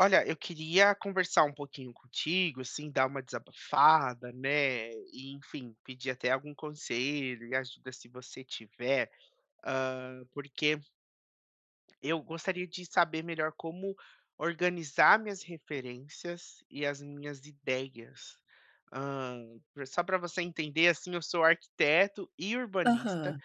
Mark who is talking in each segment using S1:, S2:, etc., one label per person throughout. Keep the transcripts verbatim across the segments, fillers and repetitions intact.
S1: Olha, eu queria conversar um pouquinho contigo, assim, dar uma desabafada, né? E, enfim, pedir até algum conselho e ajuda se você tiver, ah, porque eu gostaria de saber melhor como organizar minhas referências e as minhas ideias. Ah, pra- só para você entender, assim, eu sou arquiteto e urbanista.
S2: Aham.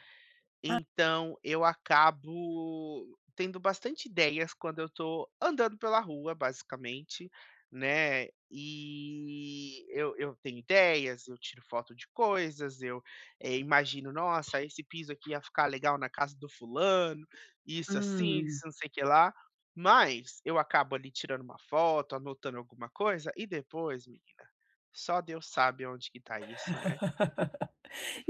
S2: Ah,
S1: Então, eu acabo tendo bastante ideias quando eu tô andando pela rua, basicamente, né, e eu eu tenho ideias, eu tiro foto de coisas, eu, eh, imagino: "Nossa, esse piso aqui ia ficar legal na casa do fulano", isso assim, isso
S2: hum.
S1: não sei o que lá. Mas eu acabo ali tirando uma foto, anotando alguma coisa e depois, menina, só Deus sabe onde que tá isso, né.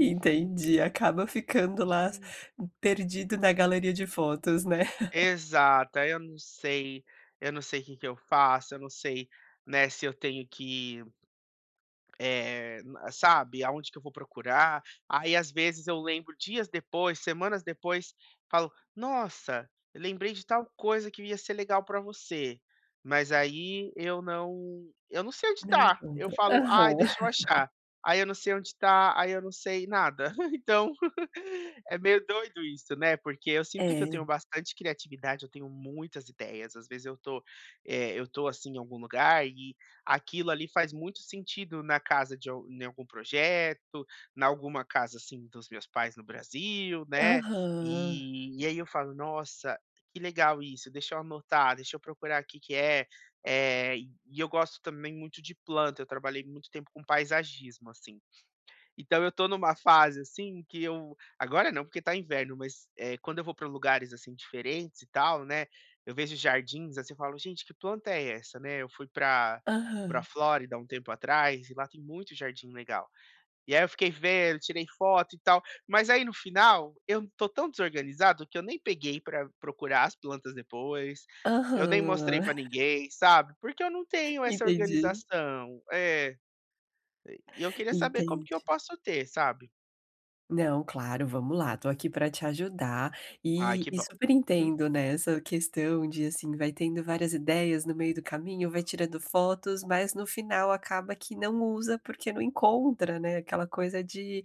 S1: Uhum.
S2: acaba ficando lá perdido na galeria de fotos, né.
S1: Exata. eu não sei eu não sei o que que eu faço, eu não sei, né, se eu tenho que eh, na sabe, aonde que eu vou procurar. Aí, às vezes, eu lembro dias depois, semanas depois, falo: "Nossa, eu lembrei de tal coisa que ia ser legal pra você", mas aí eu não eu não sei onde
S2: Não
S1: tá. Eu
S2: encontra.
S1: falo: "Ai,
S2: Aham.
S1: deixa eu achar". Aí eu não sei onde tá, aí eu não sei nada. Então, é meio doido isso, né, porque eu sinto que eu
S2: É.
S1: tenho bastante criatividade, eu tenho muitas ideias. Às vezes eu tô, eh, eu tô, assim, em algum lugar, aquilo ali faz muito sentido na casa de al em algum projeto, na alguma casa, assim, dos meus pais no Brasil, né.
S2: Aham.
S1: E e aí eu falo: "Nossa, que legal isso, deixa eu anotar, deixa eu procurar aqui que é". Eh, e e eu gosto também muito de planta, eu trabalhei muito tempo com paisagismo, assim, então eu tô numa fase, assim, que eu agora não, porque tá inverno, mas, eh, quando eu vou para lugares, assim, diferentes e tal, né, eu vejo jardins, assim, eu falo: "Gente, que planta é essa?", né. Eu fui para para
S2: Aham.
S1: Flórida um tempo atrás e lá tem muito jardim legal. E aí eu fiquei vendo, tirei foto e tal, mas aí no final eu tô tão desorganizado que eu nem peguei para procurar as plantas depois, eu nem mostrei
S2: Aham.
S1: para ninguém, sabe, porque eu não tenho essa
S2: Entendi,
S1: organização. É, e eu queria saber como
S2: entendi.
S1: que eu posso ter, sabe?
S2: Não, claro, vamos lá, tô aqui para te ajudar
S1: Ai,
S2: e
S1: que
S2: e
S1: bom.
S2: super
S1: Uhum.
S2: entendo, né, essa questão de, assim, vai tendo várias ideias no meio do caminho, vai tirando fotos, mas no final acaba que não usa porque não encontra, né, aquela coisa de: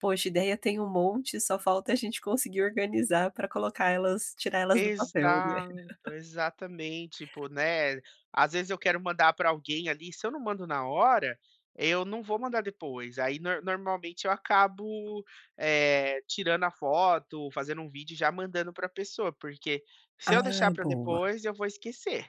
S2: "Poxa, ideia tem um monte, só falta a gente conseguir organizar para colocar elas tirar elas do papel", né.
S1: Exato, exatamente, tipo, né, às vezes eu quero mandar para alguém ali, se eu não mando na hora, eu não vou mandar depois, aí nor normalmente eu acabo, eh, tirando a foto, fazendo um vídeo e já mandando para a pessoa, porque se eu
S2: Ah,
S1: deixar para
S2: boa.
S1: depois eu vou esquecer.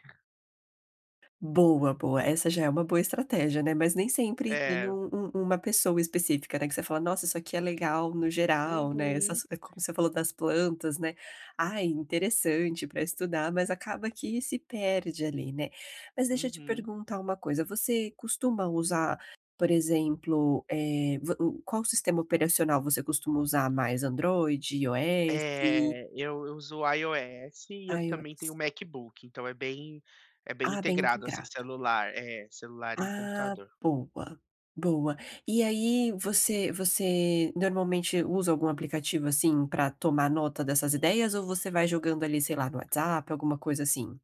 S2: Boa, boa. Essa já é uma boa estratégia, né, mas nem sempre tem
S1: É.
S2: um um uma pessoa específica, né, que você fala: "Nossa, isso aqui é legal no geral", né,
S1: Uhum,
S2: essas é como você falou das plantas, né, "Ai, interessante para estudar", mas acaba que se perde ali, né. Mas deixa eu te
S1: uhum.
S2: perguntar uma coisa, você costuma usar, por exemplo, eh, vo o qual sistema operacional você costuma usar mais? Android, iOS?
S1: É, eu eu uso o iOS e eu também tenho o
S2: iOS.
S1: MacBook, então é bem é bem
S2: Ah, bem
S1: integrado, assim,
S2: integrado.
S1: celular é, celular e
S2: Ah,
S1: computador.
S2: boa, boa. E aí você você normalmente usa algum aplicativo, assim, pra tomar nota dessas ideias ou você vai jogando ali, sei lá, no WhatsApp, alguma coisa assim?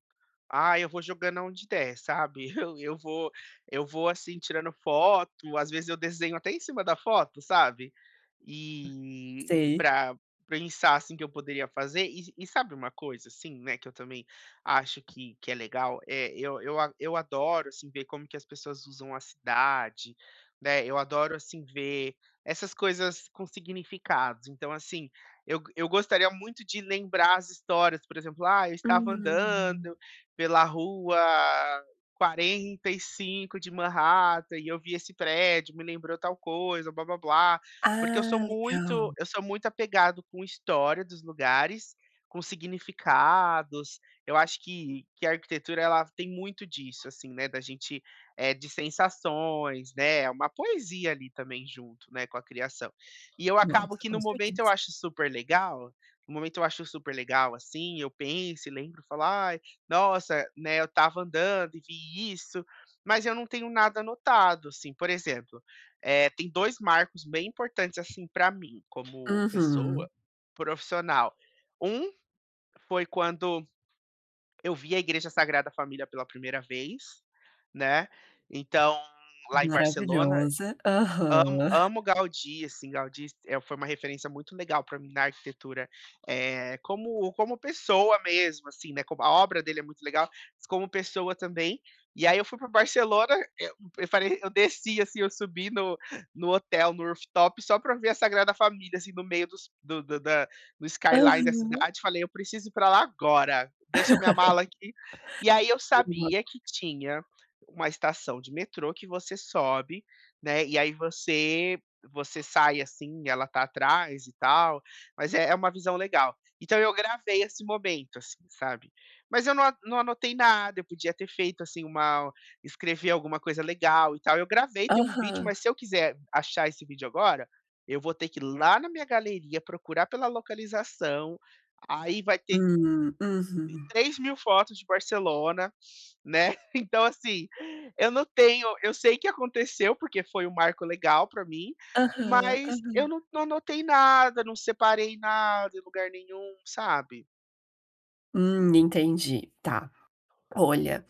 S1: Ah, eu vou jogando onde der, sabe. Eu eu vou eu vou, assim, tirando foto, às vezes eu desenho até em cima da foto, sabe. E e
S2: Sei.
S1: pra pensar, assim, que eu poderia fazer. E e sabe uma coisa, assim, né, que eu também acho que que é legal? É, eu eu a eu adoro, assim, ver como que as pessoas usam a cidade, né, eu adoro, assim, ver essas coisas com significados. Então, assim, eu eu gostaria muito de lembrar as histórias, por exemplo: "Ah, eu estava
S2: Hum.
S1: andando pela rua quarenta e cinco de Manhattan e eu vi esse prédio, me lembrou tal coisa, blá blá blá". Porque eu
S2: Ah,
S1: sou muito
S2: legal.
S1: eu sou muito apegado com história dos lugares, com significados. Eu acho que que a arquitetura ela tem muito disso, assim, né, da gente, é de sensações, né, é uma poesia ali também junto, né, com a criação. E eu acabo
S2: Nossa,
S1: que no
S2: com
S1: momento eu
S2: certeza.
S1: acho super legal, no momento eu acho super legal, assim, eu penso e lembro, falo: ah, nossa, né, eu estava andando e vi isso, mas eu não tenho nada anotado, assim, por exemplo, eh, tem dois marcos bem importantes, assim, pra mim, como pessoa
S2: Uhum.
S1: profissional. Um foi quando eu vi a Igreja Sagrada Família pela primeira vez, né, então lá em Barcelona,
S2: Maravilhosa.
S1: amo,
S2: Aham.
S1: amo Gaudí, assim, Gaudí é foi uma referência muito legal para mim na arquitetura, eh, como como pessoa mesmo, assim, né, como a obra dele é muito legal, mas como pessoa também. E aí eu fui para Barcelona, eu falei, eu desci, assim, eu subi no, no hotel, no rooftop, só pra ver a Sagrada Família, assim, no meio dos, do, do- da, do skyline da
S2: Aham.
S1: cidade. Falei, eu preciso ir pra lá agora, deixa minha mala aqui. E aí eu
S2: Boa.
S1: sabia que tinha uma estação de metrô que você sobe, né? E aí você você sai assim, ela tá atrás e tal, mas é, é uma visão legal. Então eu gravei esse momento, assim, sabe? Mas eu não, a- não anotei nada, eu podia ter feito assim uma escrever alguma coisa legal e tal. Eu gravei, tem um vídeo,
S2: Aham.
S1: mas se eu quiser achar esse vídeo agora, eu vou ter que ir lá na minha galeria procurar pela localização. Aí vai ter
S2: Hum, uhum.
S1: três mil fotos de Barcelona, né? Então, assim, eu não tenho. Eu sei que aconteceu, porque foi um marco legal para mim,
S2: Aham,
S1: mas eu
S2: aham.
S1: não, não anotei nada, não separei nada em lugar nenhum, sabe?
S2: Hum, entendi. Tá. Olha.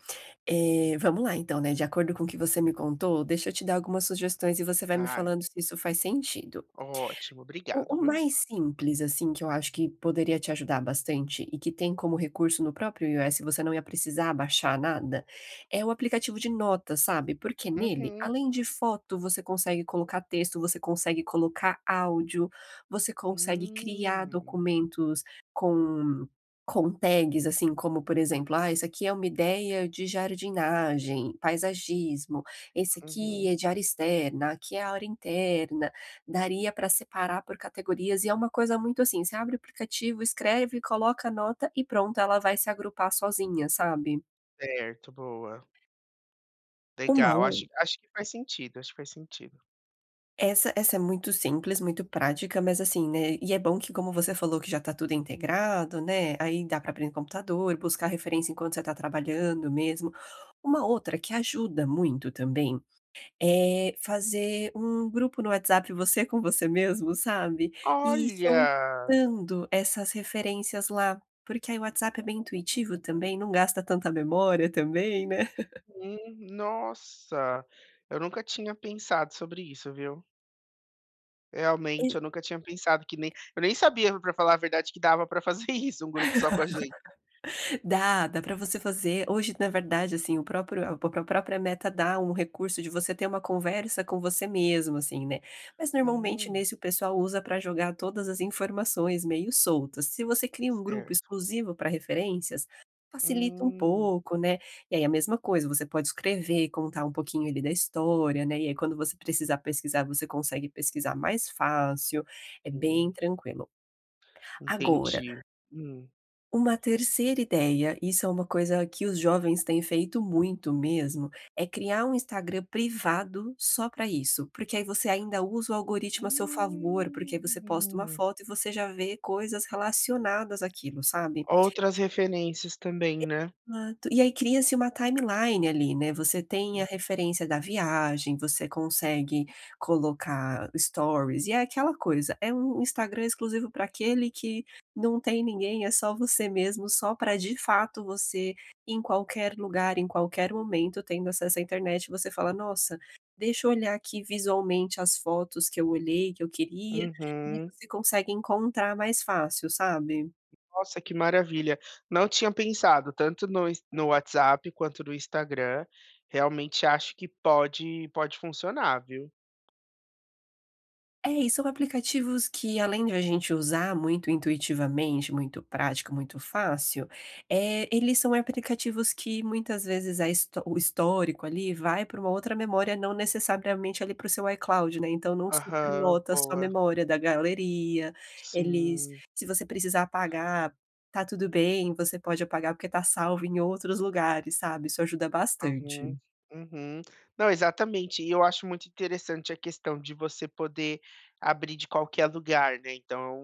S2: Eh, vamos lá então, né, de acordo com o que você me contou, deixa eu te dar algumas sugestões e você vai me
S1: Ai,
S2: falando se isso faz sentido.
S1: ótimo,
S2: O
S1: obrigado,
S2: o
S1: viu?
S2: mais simples, assim, que eu acho que poderia te ajudar bastante e que tem como recurso no próprio iOS, você não ia precisar baixar nada, é o aplicativo de notas, sabe, porque nele,
S1: Uhum.
S2: além de foto, você consegue colocar texto, você consegue colocar áudio, você consegue criar
S1: Hum,
S2: documentos com com tags, assim, como, por exemplo: "Ah, isso aqui é uma ideia de jardinagem, paisagismo. Esse aqui
S1: uhum.
S2: é de área externa, aqui é a área interna". Daria para separar por categorias e é uma coisa muito assim, você abre o aplicativo, escreve, coloca a nota e pronto, ela vai se agrupar sozinha, sabe.
S1: Certo, boa.
S2: Uma
S1: Legal,
S2: ou
S1: acho acho que faz sentido, acho que faz sentido.
S2: essa essa é muito simples, muito prática, mas assim, né, e é bom que como você falou que já está tudo integrado, né, aí dá para abrir no computador, buscar referência enquanto você está trabalhando mesmo. Uma outra que ajuda muito também, Eh, fazer um grupo no WhatsApp, você com você mesmo, sabe, e ir
S1: Olha!
S2: soltando essas referências lá, porque aí o WhatsApp é bem intuitivo também, não gasta tanta memória também, né.
S1: Hum, nossa, eu nunca tinha pensado sobre isso, viu. Realmente, eu nunca tinha pensado que nem eu nem sabia, pra falar a verdade, que dava pra fazer isso, um grupo só com a gente.
S2: Dá, dá para você fazer hoje, na verdade, assim, o próprio a pró própria Meta dá um recurso de você ter uma conversa com você mesmo, assim, né. Mas normalmente
S1: Hum,
S2: nesse o pessoal usa para jogar todas as informações meio soltas. Se você cria um grupo
S1: certo.
S2: exclusivo para referências, facilita um
S1: Hum,
S2: pouco, né. E aí a mesma coisa, você pode escrever contar um pouquinho ali da história, né, e aí quando você precisar pesquisar, você consegue pesquisar mais fácil, é bem
S1: sim,
S2: tranquilo. Agora
S1: entendi. Hum.
S2: uma terceira ideia, isso é uma coisa que os jovens têm feito muito mesmo, é criar um Instagram privado só para isso, porque aí você ainda usa o algoritmo a seu favor, porque aí você posta uma
S1: Hum.
S2: foto e você já vê coisas relacionadas àquilo, sabe?
S1: Outras referências também, né.
S2: Exato. E aí cria-se uma timeline ali, né, você tem a
S1: Hum,
S2: referência da viagem, você consegue colocar stories, e é aquela coisa, é um Instagram exclusivo para aquele que não tem ninguém, é só você mesmo, só para de fato você, em qualquer lugar, em qualquer momento, tendo acesso à internet, você fala: "Nossa, deixa eu olhar aqui visualmente as fotos que eu olhei, que eu queria", e aí
S1: uhum.
S2: você consegue encontrar mais fácil, sabe?
S1: Nossa, que maravilha. Não tinha pensado tanto no ins no WhatsApp quanto no Instagram. Realmente acho que pode pode funcionar, viu.
S2: É, e são aplicativos que além de a gente usar muito intuitivamente, muito prático, muito fácil, eh, eles são aplicativos que muitas vezes a histó o histórico ali vai para uma outra memória, não necessariamente ali para o seu iCloud, né, então não
S1: Aham,
S2: supernota a sua
S1: boa.
S2: memória da galeria, eles.
S1: Sim.
S2: Se você precisar apagar, tá tudo bem, você pode apagar porque tá salvo em outros lugares, sabe, isso ajuda bastante.
S1: Uhum, uhum. Não, exatamente. E eu acho muito interessante a questão de você poder abrir de qualquer lugar, né, então,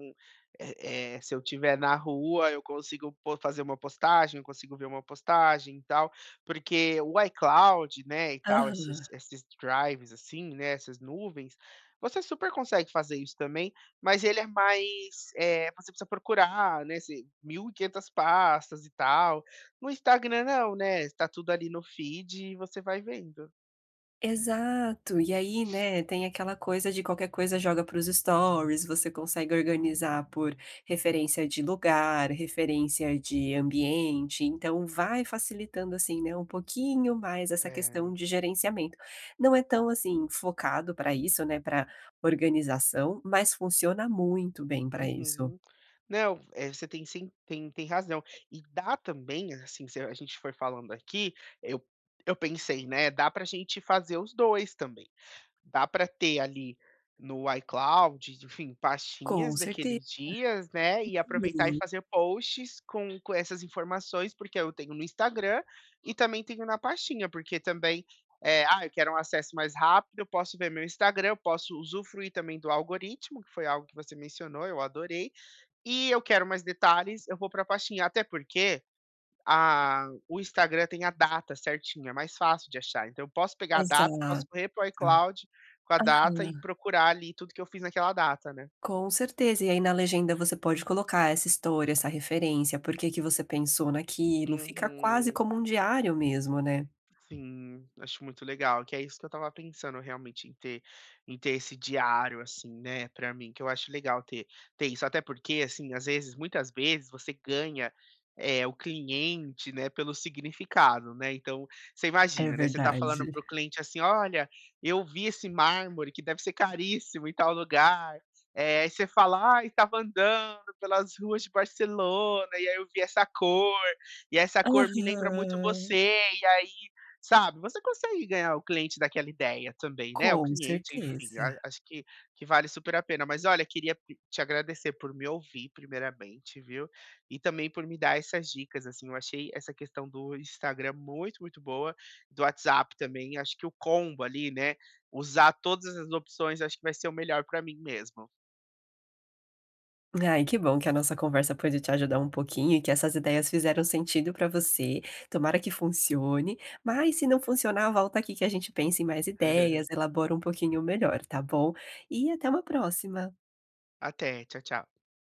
S1: eh eh, se eu tiver na rua, eu consigo po fazer uma postagem, eu consigo ver uma postagem e tal, porque o iCloud, né, e tal, esses
S2: Aham.
S1: esses drives, assim, né, essas nuvens, você super consegue fazer isso também, mas ele é mais, eh, você precisa procurar, né, se mil e quinhentas pastas e tal. No Instagram não, né, está tudo ali no feed e você vai vendo.
S2: Exato, e aí, né, tem aquela coisa de qualquer coisa joga para os stories, você consegue organizar por referência de lugar, referência de ambiente, então vai facilitando, assim, né, um pouquinho mais essa questão
S1: É,
S2: de gerenciamento. Não é tão, assim, focado para isso, né, para organização, mas funciona muito bem para isso.
S1: uhum. Não, eh, você tem sim, tem tem razão. E dá também, assim, se a gente for falando aqui, eu eu pensei, né, dá pra gente fazer os dois também. Dá para ter ali no iCloud, enfim,
S2: Com
S1: pastinhas
S2: certeza.
S1: daqueles dias, né, e aproveitar e fazer posts com com essas informações, porque eu tenho no Instagram e também tenho na pastinha, porque também, eh, ah, eu quero um acesso mais rápido, eu posso ver meu Instagram, eu posso usufruir também do algoritmo, que foi algo que você mencionou, eu adorei, e eu quero mais detalhes, eu vou para a pastinha, até porque a o Instagram tem a data certinho, é mais fácil de achar, então eu posso pegar a data, posso
S2: Exato.
S1: correr para o iCloud com a data e procurar ali tudo que eu fiz naquela data, né.
S2: Com certeza. E aí na legenda você pode colocar essa história, essa referência, por que que você pensou naquilo, fica quase
S1: Uhum.
S2: como um diário mesmo, né.
S1: Sim, acho muito legal, que é isso que eu estava pensando realmente em ter em ter esse diário, assim, né, pra mim, que eu acho legal ter ter isso. Até porque, assim, às vezes muitas vezes você ganha, é o cliente, né, pelo significado, né. Então, você
S2: É
S1: imagina, né, você está falando
S2: verdade.
S1: para o cliente assim: "Olha, eu vi esse mármore que deve ser caríssimo em tal lugar". É aí você fala: "Ai, estava andando pelas ruas de Barcelona e aí eu vi essa cor, e essa cor me lembra muito
S2: Aham.
S1: você, e aí sabe, você consegue ganhar o cliente daquela ideia também, né, o
S2: Com
S1: cliente, enfim, a
S2: certeza.
S1: acho que que vale super a pena". Mas olha, queria p te agradecer por me ouvir primeiramente, viu, e também por me dar essas dicas, assim, eu achei essa questão do Instagram muito, muito boa, do WhatsApp também, acho que o combo ali, né, usar todas as opções, acho que vai ser o melhor para mim mesmo.
S2: Ai, que bom que a nossa conversa pôde te ajudar um pouquinho e que essas ideias fizeram sentido para você. Tomara que funcione, mas se não funcionar, volta aqui que a gente pensa em mais ideias, elabora um pouquinho melhor, tá bom? E até uma próxima.
S1: Até, tchau, tchau.